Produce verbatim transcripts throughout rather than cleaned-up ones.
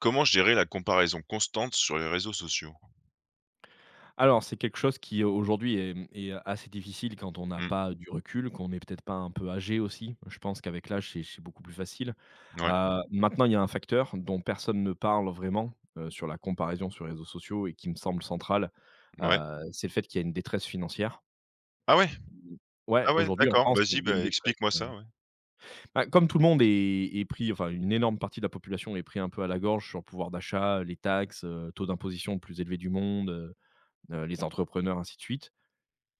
Comment gérer la comparaison constante sur les réseaux sociaux? Alors, c'est quelque chose qui aujourd'hui est, mmh, est assez difficile quand on n'a Mmh. pas du recul, qu'on n'est peut-être pas un peu âgé aussi. Je pense qu'avec l'âge, c'est c'est beaucoup plus facile. Ouais, Heu, maintenant, il y a un facteur dont personne ne parle vraiment, heu, sur la comparaison sur les réseaux sociaux et qui me semble central, ouais. heu, c'est le fait qu'il y a une détresse financière. Ah ouais? Ouais, Ah ouais, aujourd'hui en d'accord. France, Vas-y, il y a une bah, détresse. explique-moi ça, ouais. Bah, comme tout le monde est est pris, enfin, une énorme partie de la population est pris un peu à la gorge sur le pouvoir d'achat, les taxes, heu, taux d'imposition le plus élevé du monde, heu heu, les entrepreneurs, ainsi de suite.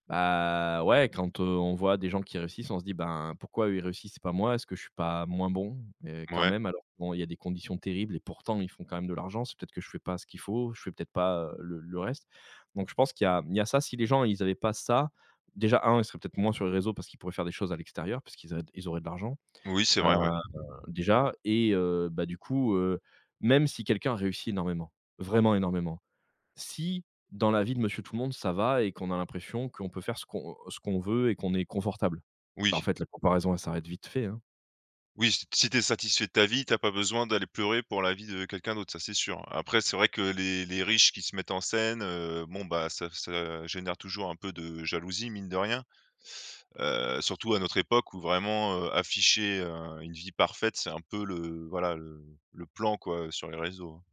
Bah, ouais, quand, heu, on voit des gens qui réussissent, on se dit : « Ben, pourquoi eux, ils réussissent et pas moi? Est-ce que je suis pas moins bon ? » Et quand Ouais. même, alors bon, il y a des conditions terribles et pourtant ils font quand même de l'argent. C'est peut-être que je fais pas ce qu'il faut, je fais peut-être pas, heu, le le reste. Donc je pense qu'il y a il y a ça. Si les gens, ils avaient pas ça, déjà un, ils seraient peut-être moins sur les réseaux parce qu'ils pourraient faire des choses à l'extérieur, parce qu'ils auraient ils auraient de l'argent, Oui, c'est heu, vrai, ouais. déjà, et heu, bah, du coup, heu, même si quelqu'un réussit énormément, vraiment énormément, si dans la vie de monsieur tout le monde, ça va et qu'on a l'impression qu'on peut faire ce qu'on ce qu'on veut et qu'on est confortable. Bah, en Oui. fait, la comparaison, elle s'arrête vite fait, hein. Oui, si si tu satisfait de ta vie, t'as pas besoin d'aller pleurer pour la vie de quelqu'un d'autre, ça, c'est sûr. Après, c'est vrai que les les riches qui se mettent en scène, heu, bon, bah, ça ça génère toujours un peu de jalousie, mine de rien. Heu, surtout à notre époque où vraiment, heu, afficher, heu, une vie parfaite, c'est un peu le voilà, le le plan, quoi, sur les réseaux. hein.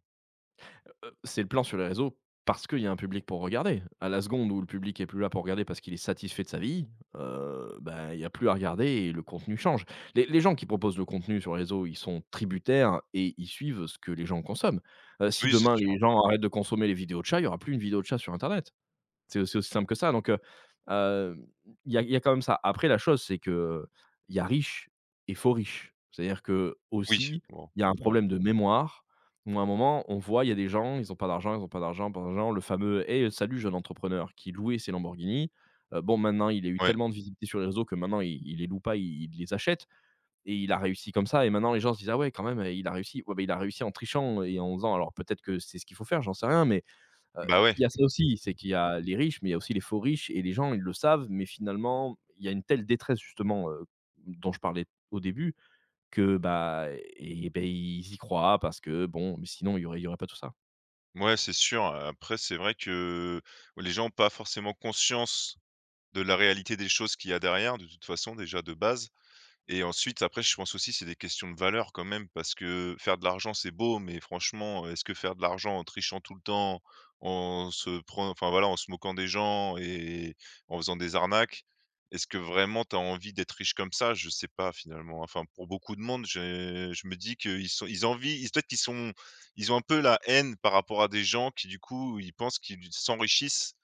Heu, c'est le plan sur les réseaux parce qu'il y a un public pour regarder. À la seconde où le public est plus là pour regarder parce qu'il est satisfait de sa vie, heu, bah, il y a plus à regarder et le contenu change. Les les gens qui proposent le contenu sur les réseaux, ils sont tributaires et ils suivent ce que les gens consomment. Heu, si Oui, c'est demain sûr. les gens arrêtent de consommer les vidéos de chats, il y aura plus une vidéo de chat sur internet. C'est aussi aussi simple que ça, donc heu, heu, il y a il y a quand même ça. Après la chose, c'est que il y a riches et faux riches. C'est-à-dire que Oui, aussi, bon, il y a un ouais. problème de mémoire où à un moment, on voit, il y a des gens, ils ont pas d'argent, ils ont pas d'argent, pas d'argent. Le fameux : « Hey, salut jeune entrepreneur » qui louait ses Lamborghini. Heu, bon, maintenant, il a eu Ouais, tellement de visibilité sur les réseaux que maintenant il il les loue pas, il il les achète et il a réussi comme ça, et maintenant les gens se disent : « Ah ouais quand même, heu, il a réussi ». Ouais, beh, il a réussi en trichant et en faisant, alors peut-être que c'est ce qu'il faut faire, j'en sais rien, mais Heu, bah, ouais, il y a ça aussi, c'est qu'il y a les riches, mais il y a aussi les faux riches et les gens, ils le savent, mais finalement, il y a une telle détresse justement, heu, dont je parlais au début, que, bah, et ben, ils y croient parce que bon, mais sinon il y aurait il y aurait pas tout ça. ouais, c'est sûr. Après, c'est vrai que les gens n'ont pas forcément conscience de la réalité des choses qu'il y a derrière, de toute façon, déjà de base. Et ensuite, après, je pense aussi, c'est des questions de valeurs quand même, parce que faire de l'argent, c'est beau, mais franchement, est-ce que faire de l'argent en trichant tout le temps, en se pren enfin voilà, en se moquant des gens et en faisant des arnaques, est-ce que vraiment tu as envie d'être riche comme ça? Je sais pas finalement. Enfin, pour beaucoup de monde, j'ai je me dis qu'ils sont ils envient ils peut-être qu'ils sont ils ont un peu la haine par rapport à des gens qui, du coup, ils pensent qu'ils s'enrichissent.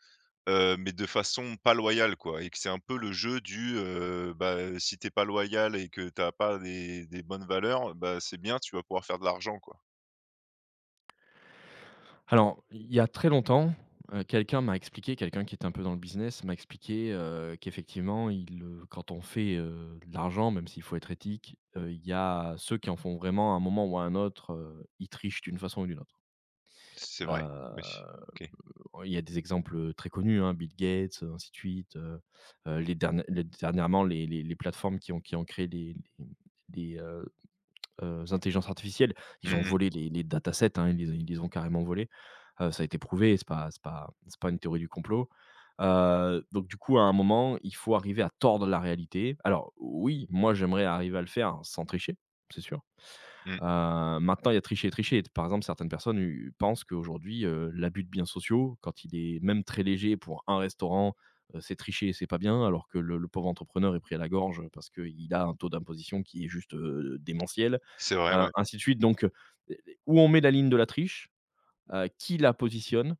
Heu, mais de façon pas loyale quoi et que c'est un peu le jeu du, heu, bah, si t'es pas loyal et que t'as pas des des bonnes valeurs, bah, c'est bien, tu vas pouvoir faire de l'argent quoi. Alors, il y a très longtemps, heu, quelqu'un m'a expliqué, quelqu'un qui était un peu dans le business m'a expliqué, heu, qu'effectivement il, heu, quand on fait, heu, de l'argent, même s'il faut être éthique, heu, il y a ceux qui en font vraiment, à un moment ou à un autre, heu, ils trichent d'une façon ou d'une autre. C'est vrai, oui, Heu OK. Oh, il y a des exemples très connus, hein, Bill Gates, euh, ainsi de suite. Heu heu, les derni les dernièrement, les les les plateformes qui ont qui ont créé les les les, heu heu, intelligences artificielles, ils ont Mmh mh, volé les les datasets, hein, ils les ils les ont carrément volés. Heu, ça a été prouvé, c'est pas c'est pas c'est pas une théorie du complot. Heu, donc du coup, à un moment, il faut arriver à tordre la réalité. Alors oui, moi j'aimerais arriver à le faire sans tricher, c'est sûr. mmh. Heu, Maintenant, il y a tricher et tricher. Par exemple, certaines personnes u pensent qu'aujourd'hui, heu, l'abus de biens sociaux, quand il est même très léger pour un restaurant, heu, c'est tricher et c'est pas bien, alors que le le pauvre entrepreneur est pris à la gorge, parce qu'il a un taux d'imposition qui est juste, heu, démentiel, C'est vrai, heu, ouais. ainsi de suite. Donc, heu, où on met la ligne de la triche, heu, qui la positionne,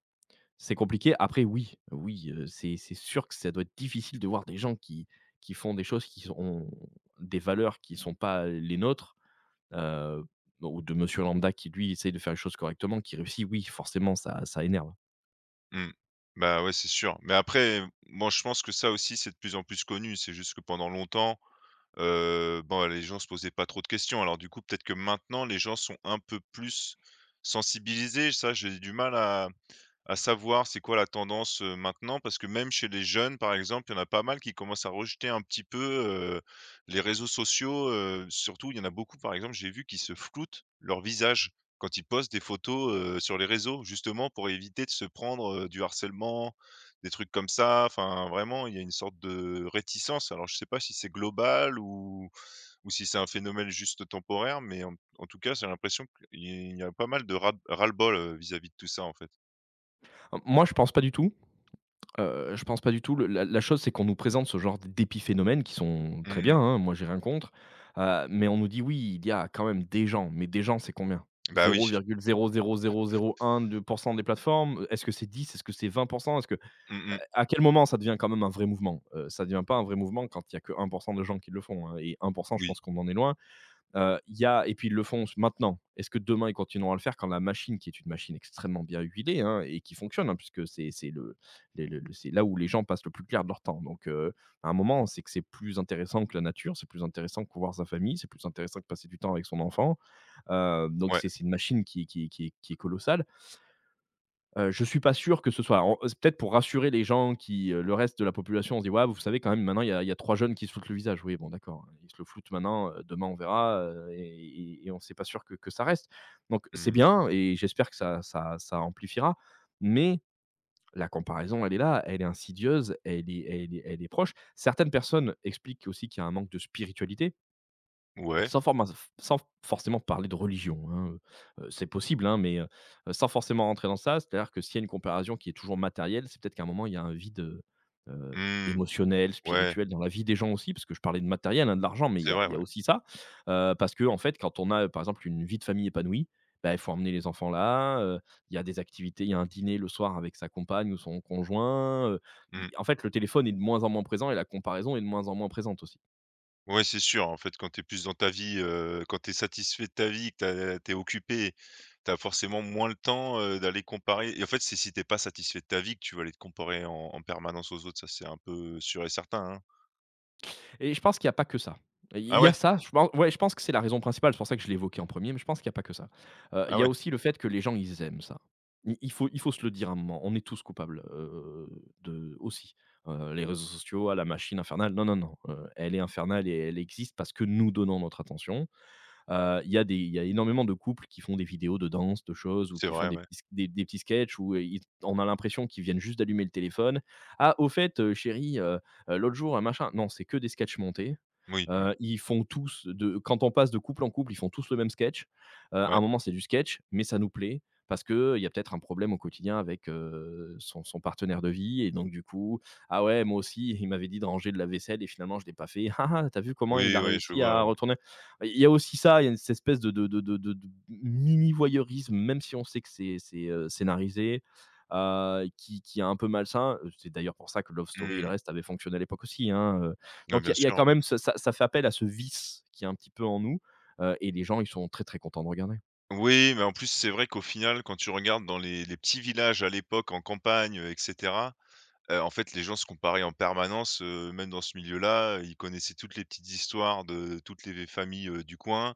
c'est compliqué. Après oui, oui, heu, c'est c'est sûr que ça doit être difficile de voir des gens qui qui font des choses, qui ont des valeurs qui ne sont pas les nôtres, Heu, ou de monsieur lambda qui lui essaye de faire les choses correctement, qui réussit, oui, forcément ça ça énerve. Mmh. Bah, ouais, c'est sûr. Mais après, moi je pense que ça aussi c'est de plus en plus connu. C'est juste que pendant longtemps, heu, bon, les gens se posaient pas trop de questions. Alors du coup, peut-être que maintenant les gens sont un peu plus sensibilisés. Ça, j'ai du mal à À savoir c'est quoi la tendance, heu, maintenant, parce que même chez les jeunes, par exemple, il y en a pas mal qui commencent à rejeter un petit peu, heu, les réseaux sociaux, heu, surtout il y en a beaucoup, par exemple, j'ai vu qui se floutent leur visage quand ils postent des photos, heu, sur les réseaux, justement pour éviter de se prendre, heu, du harcèlement, des trucs comme ça. Enfin, vraiment, il y a une sorte de réticence. Alors je sais pas si c'est global ou ou si c'est un phénomène juste temporaire, mais en en tout cas, j'ai l'impression qu'il y a pas mal de ras ras-le-bol, heu, vis-à-vis de tout ça, en fait. M Moi je pense pas du tout, heu, je pense pas du tout. Le la la chose c'est qu'on nous présente ce genre d'épiphénomènes qui sont très bien, Mmh. hein, moi j'ai rien contre, heu, mais on nous dit : « Oui, il y a quand même des gens », mais des gens c'est combien? Bah, oui. zéro virgule zéro zéro zéro zéro un des plateformes? Est-ce que c'est dix? Est-ce que c'est vingt? Est-ce que Mmh euh, mh. à quel moment ça devient quand même un vrai mouvement? Heu, ça devient pas un vrai mouvement quand il y a que un pour cent de gens qui le font, hein, et un pour cent, je Oui. pense qu'on en est loin. Heu, il y a, et puis ils le font maintenant. Est-ce que demain ils continueront à le faire quand la machine qui est une machine extrêmement bien huilée, hein, et qui fonctionne, hein, puisque c'est c'est le les le le c'est là où les gens passent le plus clair de leur temps, donc heu, à un moment, c'est que c'est plus intéressant que la nature, c'est plus intéressant que voir sa famille, c'est plus intéressant que passer du temps avec son enfant. Heu, donc Ouais. c'est c'est une machine qui qui qui qui est colossale. Heu, je suis pas sûr que ce soit en, c'est peut-être pour rassurer les gens qui, heu, le reste de la population, on se dit : « Ouais, vous savez quand même maintenant il y a il y a trois jeunes qui se floutent le visage ». Oui, bon d'accord, hein, ils se le floutent maintenant, heu, demain on verra, heu, et et et on, c'est pas sûr que que ça reste. Donc c'est Mmh. bien et j'espère que ça ça ça amplifiera, mais la comparaison, elle est là, elle est insidieuse, elle est elle est elle est proche. Certaines personnes expliquent aussi qu'il y a un manque de spiritualité. Ouais. Sans forma Sans forcément parler de religion, hein, heu, c'est possible, hein, mais, heu, sans forcément rentrer dans ça. C'est-à-dire que s'il y a une comparaison qui est toujours matérielle, c'est peut-être qu'à un moment, il y a un vide, heu, heu, Mmh. émotionnel, Ouais. spirituel dans la vie des gens aussi, parce que je parlais de matériel, hein, de l'argent, mais il y C'est a vrai, il y a ouais. aussi ça. Heu, parce que en fait, quand on a, heu, par exemple, une vie de famille épanouie, bah, il faut emmener les enfants là, heu, il y a des activités, il y a un dîner le soir avec sa compagne ou son conjoint, heu, i Mmh. en fait, le téléphone est de moins en moins présent et la comparaison est de moins en moins présente aussi. Ouais, c'est sûr, en fait, quand tu es plus dans ta vie, heu, quand tu es satisfait de ta vie, que tu es occupé, tu as forcément moins le temps, heu, d'aller comparer et en fait, c'est si t'es pas satisfait de ta vie que tu vas aller te comparer en en permanence aux autres, ça, c'est un peu sûr et certain, hein. Et je pense qu'il n'y a pas que ça. Il Ah y a ouais? ça, je pense ouais, je pense que c'est la raison principale, c'est pour ça que je l'ai évoqué en premier. Mais je pense qu'il n'y a pas que ça. Heu, il Ah y a ouais, aussi le fait que les gens, ils aiment ça. Il il faut il faut se le dire, à un moment, on est tous coupables, heu, de aussi. Heu, les réseaux sociaux, à la machine infernale, non, non, non, heu, elle est infernale et elle existe parce que nous donnons notre attention. Heu, il y a des, il y a énormément de couples qui font des vidéos de danse, de choses, ou c'est qui font vrai, des ouais. petits, des des petits sketchs où euh, ils, on a l'impression qu'ils viennent juste d'allumer le téléphone. « Ah au fait, heu, chérie, heu heu, l'autre jour, un machin ». Non, c'est que des sketchs montés. Oui, ouais. Heu, ils font tous de, quand on passe de couple en couple, ils font tous le même sketch. Heu, à Ouais. un moment, c'est du sketch, mais ça nous plaît parce qu'il y a peut-être un problème au quotidien avec, heu, son son partenaire de vie et donc du coup: «Ah ouais, moi aussi, il m'avait dit de ranger de la vaisselle et finalement je ne l'ai pas fait. Ah ah, tu vu comment il Oui, a ouais, je réussi à vois, ouais. retourner». Bah, il y a aussi ça, il y a cette espèce de, de, de, de, de- de mini-voyeurisme, même si on sait que c'est c'est, euh, scénarisé, euh, qui, qui est un peu malsain. C'est d'ailleurs pour ça que Love Story et le Mmh. reste avaient fonctionné à l'époque aussi, hein, euh. Ouais, Donc il y, bien a- il y a sûr, quand ouais. même, ce- ça, ça fait appel à ce vice qui est un petit peu en nous, euh, et les gens, ils sont très très contents de regarder. Oui, mais en plus, c'est vrai qu'au final, quand tu regardes dans les les petits villages à l'époque en campagne, heu et cetera, heu, en fait, les gens se comparaient en permanence, heu, même dans ce milieu-là, ils connaissaient toutes les petites histoires de toutes les familles, heu, du coin,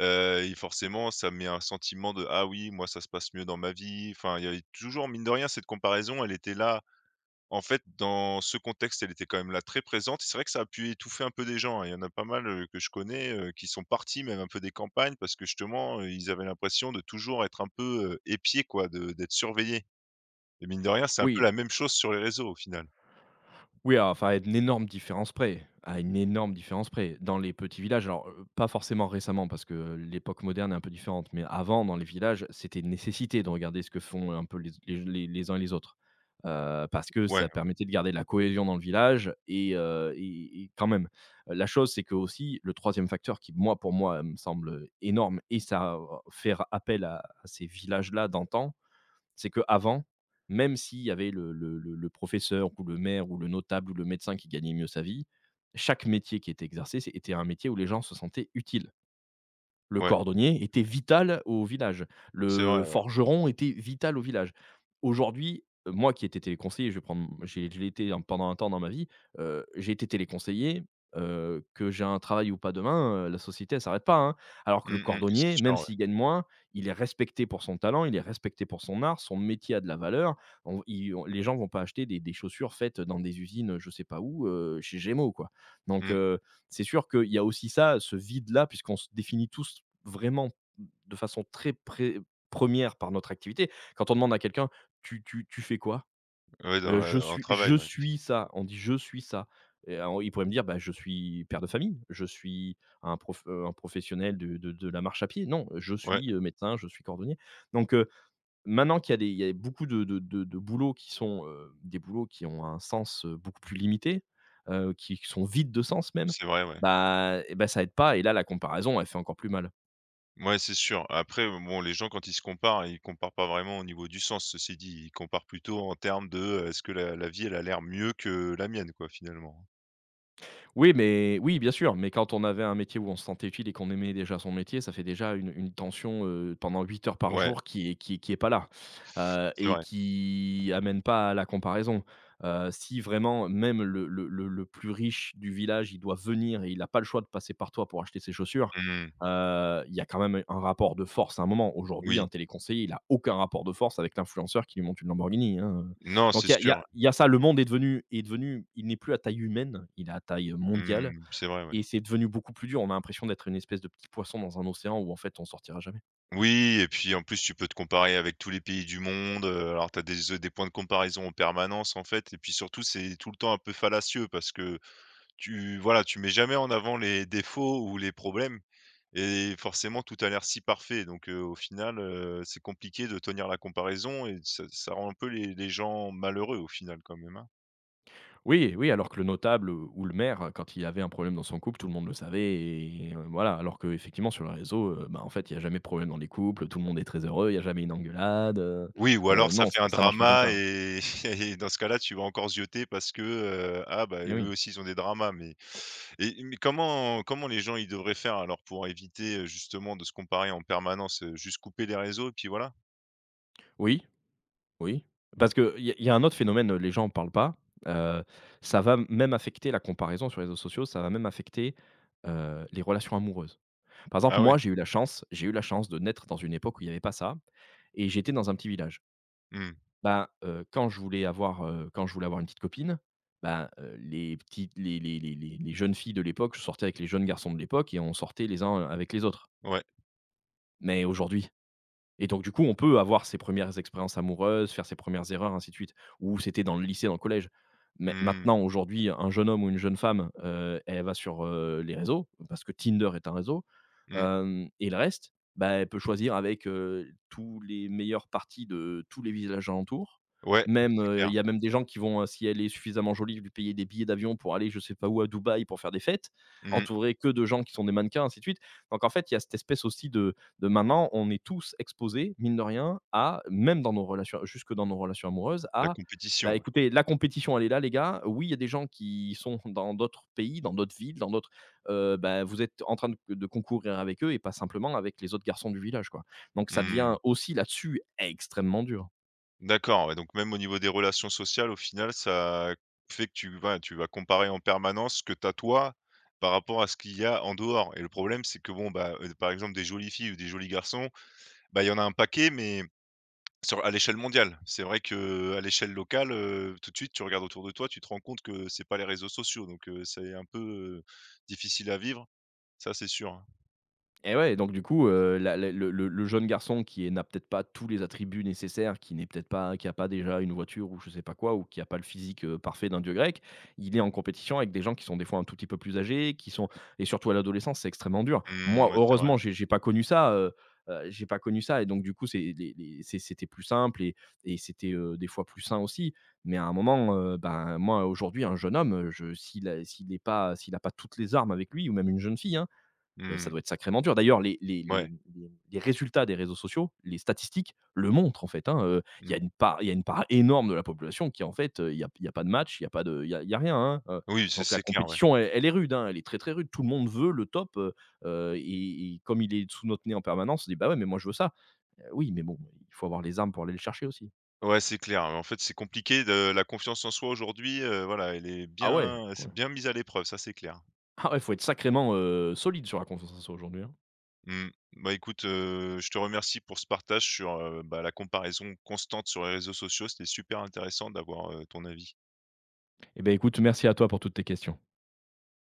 heu et forcément, ça met un sentiment de: «Ah oui, moi, ça se passe mieux dans ma vie». Enfin, il y avait toujours, mine de rien, cette comparaison, elle était là en fait, dans ce contexte, elle était quand même là, très présente. C'est vrai que ça a pu étouffer un peu des gens, hein. Il y en a pas mal, heu, que je connais, heu, qui sont partis même un peu des campagnes parce que justement, heu, ils avaient l'impression de toujours être un peu, heu, épiés quoi, de d'être surveillés et mine de rien, c'est un peu Oui, la même chose sur les réseaux au final. oui, alors, enfin, à une énorme différence près, à une énorme différence près. Dans les petits villages, alors, heu, pas forcément récemment parce que l'époque moderne est un peu différente, mais avant, dans les villages, c'était une nécessité de regarder ce que font un peu les les les les uns et les autres. Heu, parce que Ouais, ça permettait de garder de la cohésion dans le village et heu, et et quand même, euh, la chose, c'est que aussi, le troisième facteur qui, moi, pour moi, me semble énorme et ça, euh, faire appel à à ces villages-là d'antan, c'est que avant, même s'il y avait le le le le professeur ou le maire ou le notable ou le médecin qui gagnait mieux sa vie, chaque métier qui était exercé, c'est- était un métier où les gens se sentaient utiles. Le ouais, cordonnier était vital au village. c'est Le vrai, ouais. forgeron était vital au village. Aujourd'hui, heu, moi qui étais téléconseiller, je vais prendre j'ai je l'ai été un- pendant un temps dans ma vie, heu, j'ai été téléconseiller, heu, que j'ai un travail ou pas demain, heu, la société elle s'arrête pas, hein. Alors que le Mmh mh, c'est cordonnier, même sûr, ouais. s'il gagne moins, il est respecté pour son talent, il est respecté pour son art, son métier a de la valeur. On ils on Les gens vont pas acheter des des chaussures faites dans des usines, je sais pas où, heu, chez Gémeaux, quoi. Donc Mmh, heu c'est sûr qu'il y a aussi ça, ce vide-là, puisqu'on se définit tous vraiment de façon très pré- première par notre activité. Quand on demande à quelqu'un, tu, tu, tu fais quoi. ouais, dans Euh, la Je dans le suis je travail, ouais. suis ça. On dit je suis ça. Et, euh, il pourrait me dire, bah, je suis père de famille, je suis un, prof- euh, un professionnel de, de- de la marche à pied. Non, je Ouais, suis euh, médecin, je suis cordonnier. Donc, euh, maintenant qu'il y a des il y a beaucoup de de de de boulots qui sont, heu, des boulots qui ont un sens, heu, beaucoup plus limité, heu, qui qui sont vides de sens même, c'est vrai, ouais. bah et bah, ça aide pas et là, la comparaison, elle fait encore plus mal. Mouais, c'est sûr. Après, bon, les gens quand ils se comparent, ils comparent pas vraiment au niveau du sens, ceci dit. Ils comparent plutôt en termes de, heu, est-ce que la la vie, elle a l'air mieux que la mienne, quoi, finalement? Oui, mais oui, bien sûr, mais quand on avait un métier où on se sentait utile et qu'on aimait déjà son métier, ça fait déjà une une tension, heu, pendant huit heures par Ouais, jour qui est qui est qui est pas là, heu c'est et vrai. qui amène pas à la comparaison. Heu, si vraiment même le le le le plus riche du village, il doit venir et il a pas le choix de passer par toi pour acheter ses chaussures, Mmh, heu, il y a quand même un rapport de force à un moment. Aujourd'hui, oui. un téléconseiller, il a aucun rapport de force avec l'influenceur qui lui monte une Lamborghini, hein, Non, donc c'est il y a, il y a- sûr. il y a ça, le monde est devenu, est devenu, il n'est plus à taille humaine, il est à taille mondiale, Mmh, c'est vrai, ouais. et c'est devenu beaucoup plus dur. On a l'impression d'être une espèce de petit poisson dans un océan où en fait on sortira jamais. Oui et puis, en plus, tu peux te comparer avec tous les pays du monde, heu, alors tu as des, des points de comparaison en permanence, en fait et puis surtout, c'est tout le temps un peu fallacieux parce que Tu voilà, tu mets jamais en avant les défauts ou les problèmes et forcément tout a l'air si parfait donc heu, au final, heu, c'est compliqué de tenir la comparaison et ça ça rend un peu les les gens malheureux au final quand même, hein? Oui, oui, alors que le notable euh, ou le maire, quand il avait un problème dans son couple, tout le monde le savait, et euh, voilà. Alors que effectivement sur le réseau, euh, bah, en fait il y a jamais de problème dans les couples, tout le monde est très heureux, il y a jamais une engueulade. euh, Oui ou euh, alors ça Non, ça, fait un ça marche pas comme ça, drama hein. et et dans ce cas-là, tu vas encore zioter parce que, heu, ah bah, Et eux oui, aussi ils ont des dramas mais et mais comment comment les gens ils devraient faire alors pour éviter, heu, justement de se comparer en permanence, heu, juste couper les réseaux et puis voilà? oui, oui, parce qu'il y a il y a un autre phénomène, euh, les gens en parlent pas. Heu, Ça va même affecter la comparaison sur les réseaux sociaux, ça va même affecter, heu, les relations amoureuses. Par exemple, Ah ouais. moi, j'ai eu la chance j'ai eu la chance de naître dans une époque où il y avait pas ça et j'étais dans un petit village. Mmh. Ben, heu, quand je voulais avoir, heu, quand je voulais avoir une petite copine, ben, heu, les petites les les les les les jeunes filles de l'époque, je sortais avec les jeunes garçons de l'époque et on sortait les uns avec les autres. Ouais. Mais aujourd'hui et donc du coup, on peut avoir ses premières expériences amoureuses, faire ses premières erreurs, ainsi de suite, ou c'était dans le lycée, dans le collège. Mais Mmh maintenant, mh. aujourd'hui, un jeune homme ou une jeune femme, heu, elle va sur, heu, les réseaux, parce que Tinder est un réseau, Mmh. hem et le reste, bah, elle peut choisir avec, heu, tous les meilleures parties de tous les villages alentours. Ouais, Même, c'est heu, il clair. y a même des gens qui vont, heu, si elle est suffisamment jolie, lui payer des billets d'avion pour aller je sais pas où à Dubaï pour faire des fêtes, Mmh. entourée que de gens qui sont des mannequins, ainsi de suite. Donc en fait, il y a cette espèce aussi de de maintenant, on est tous exposés, mine de rien, à, même dans nos relations, jusque dans nos relations amoureuses, La à, compétition, bah, ouais. écoutez, la compétition, elle est là, les gars. Oui, il y a des gens qui sont dans d'autres pays, dans d'autres villes, dans d'autres. Euh, bah, vous êtes en train de, de concourir avec eux et pas simplement avec les autres garçons du village, quoi. Donc, ça devient Mmh. aussi là-dessus extrêmement dur. D'accord, ouais, donc même au niveau des relations sociales, au final, ça fait que tu vas tu vas comparer en permanence ce que tu as toi, par rapport à ce qu'il y a en dehors et le problème, c'est que bon, bah, heu, par exemple, des jolies filles ou des jolis garçons, bah, il y en a un paquet, mais sur à l'échelle mondiale. C'est vrai que à l'échelle locale, heu, tout de suite, tu regardes autour de toi, tu te rends compte que c'est pas les réseaux sociaux, donc heu, c'est un peu, heu, difficile à vivre, ça, c'est sûr, hein. Et ouais, donc du coup, heu, la la le le le jeune garçon qui est n'a peut-être pas tous les attributs nécessaires, qui n'est peut-être pas qui a pas déjà une voiture ou je sais pas quoi, ou qui a pas le physique, heu, parfait d'un dieu grec, il est en compétition avec des gens qui sont des fois un tout petit peu plus âgés, qui sont et surtout à l'adolescence, c'est extrêmement dur. Moi, Mmh, ouais, c'est vrai, heureusement, ouais. j'ai j'ai pas connu ça, heu heu, j'ai pas connu ça et donc du coup, c'est les les c'est c'était plus simple et et c'était, heu, des fois plus sain aussi. Mais à un moment, heu, ben, moi aujourd'hui, un jeune homme, je s'il a s'il est pas s'il a pas toutes les armes avec lui ou même une jeune fille, hein, euh, ça Mmh. doit être sacrément dur. D'ailleurs, les, les, les, Ouais. les- les résultats des réseaux sociaux, les statistiques le montrent en fait, hein, euh, Il y, a Mmh. une part- il y a une part énorme de la population qui en fait, euh, il n'y a, il y a pas de match, il n'y a, pas de- il y a, il y a rien, hein, euh. Oui, c'est Donc la c'est clair, ouais. compétition, elle, elle est rude, hein, elle est très très rude. Tout le monde veut le top. euh, euh, et, et comme il est sous notre nez en permanence, on se dit bah ouais, mais moi je veux ça. Euh, oui, mais bon, il faut avoir les armes pour aller le chercher aussi. Ouais, c'est clair, hein. En fait, c'est compliqué de la confiance en soi aujourd'hui, heu, voilà, elle est Ah ouais, bien ouais. c'est bien mise à l'épreuve, ça, c'est clair. Ah ouais, faut être sacrément euh, solide sur la confiance en soi aujourd'hui, hein. Mmh. Bah, écoute, heu, je te remercie pour ce partage sur, heu, bah, la comparaison constante sur les réseaux sociaux. C'était super intéressant d'avoir, heu, ton avis. Eh bien, écoute, merci à toi pour toutes tes questions.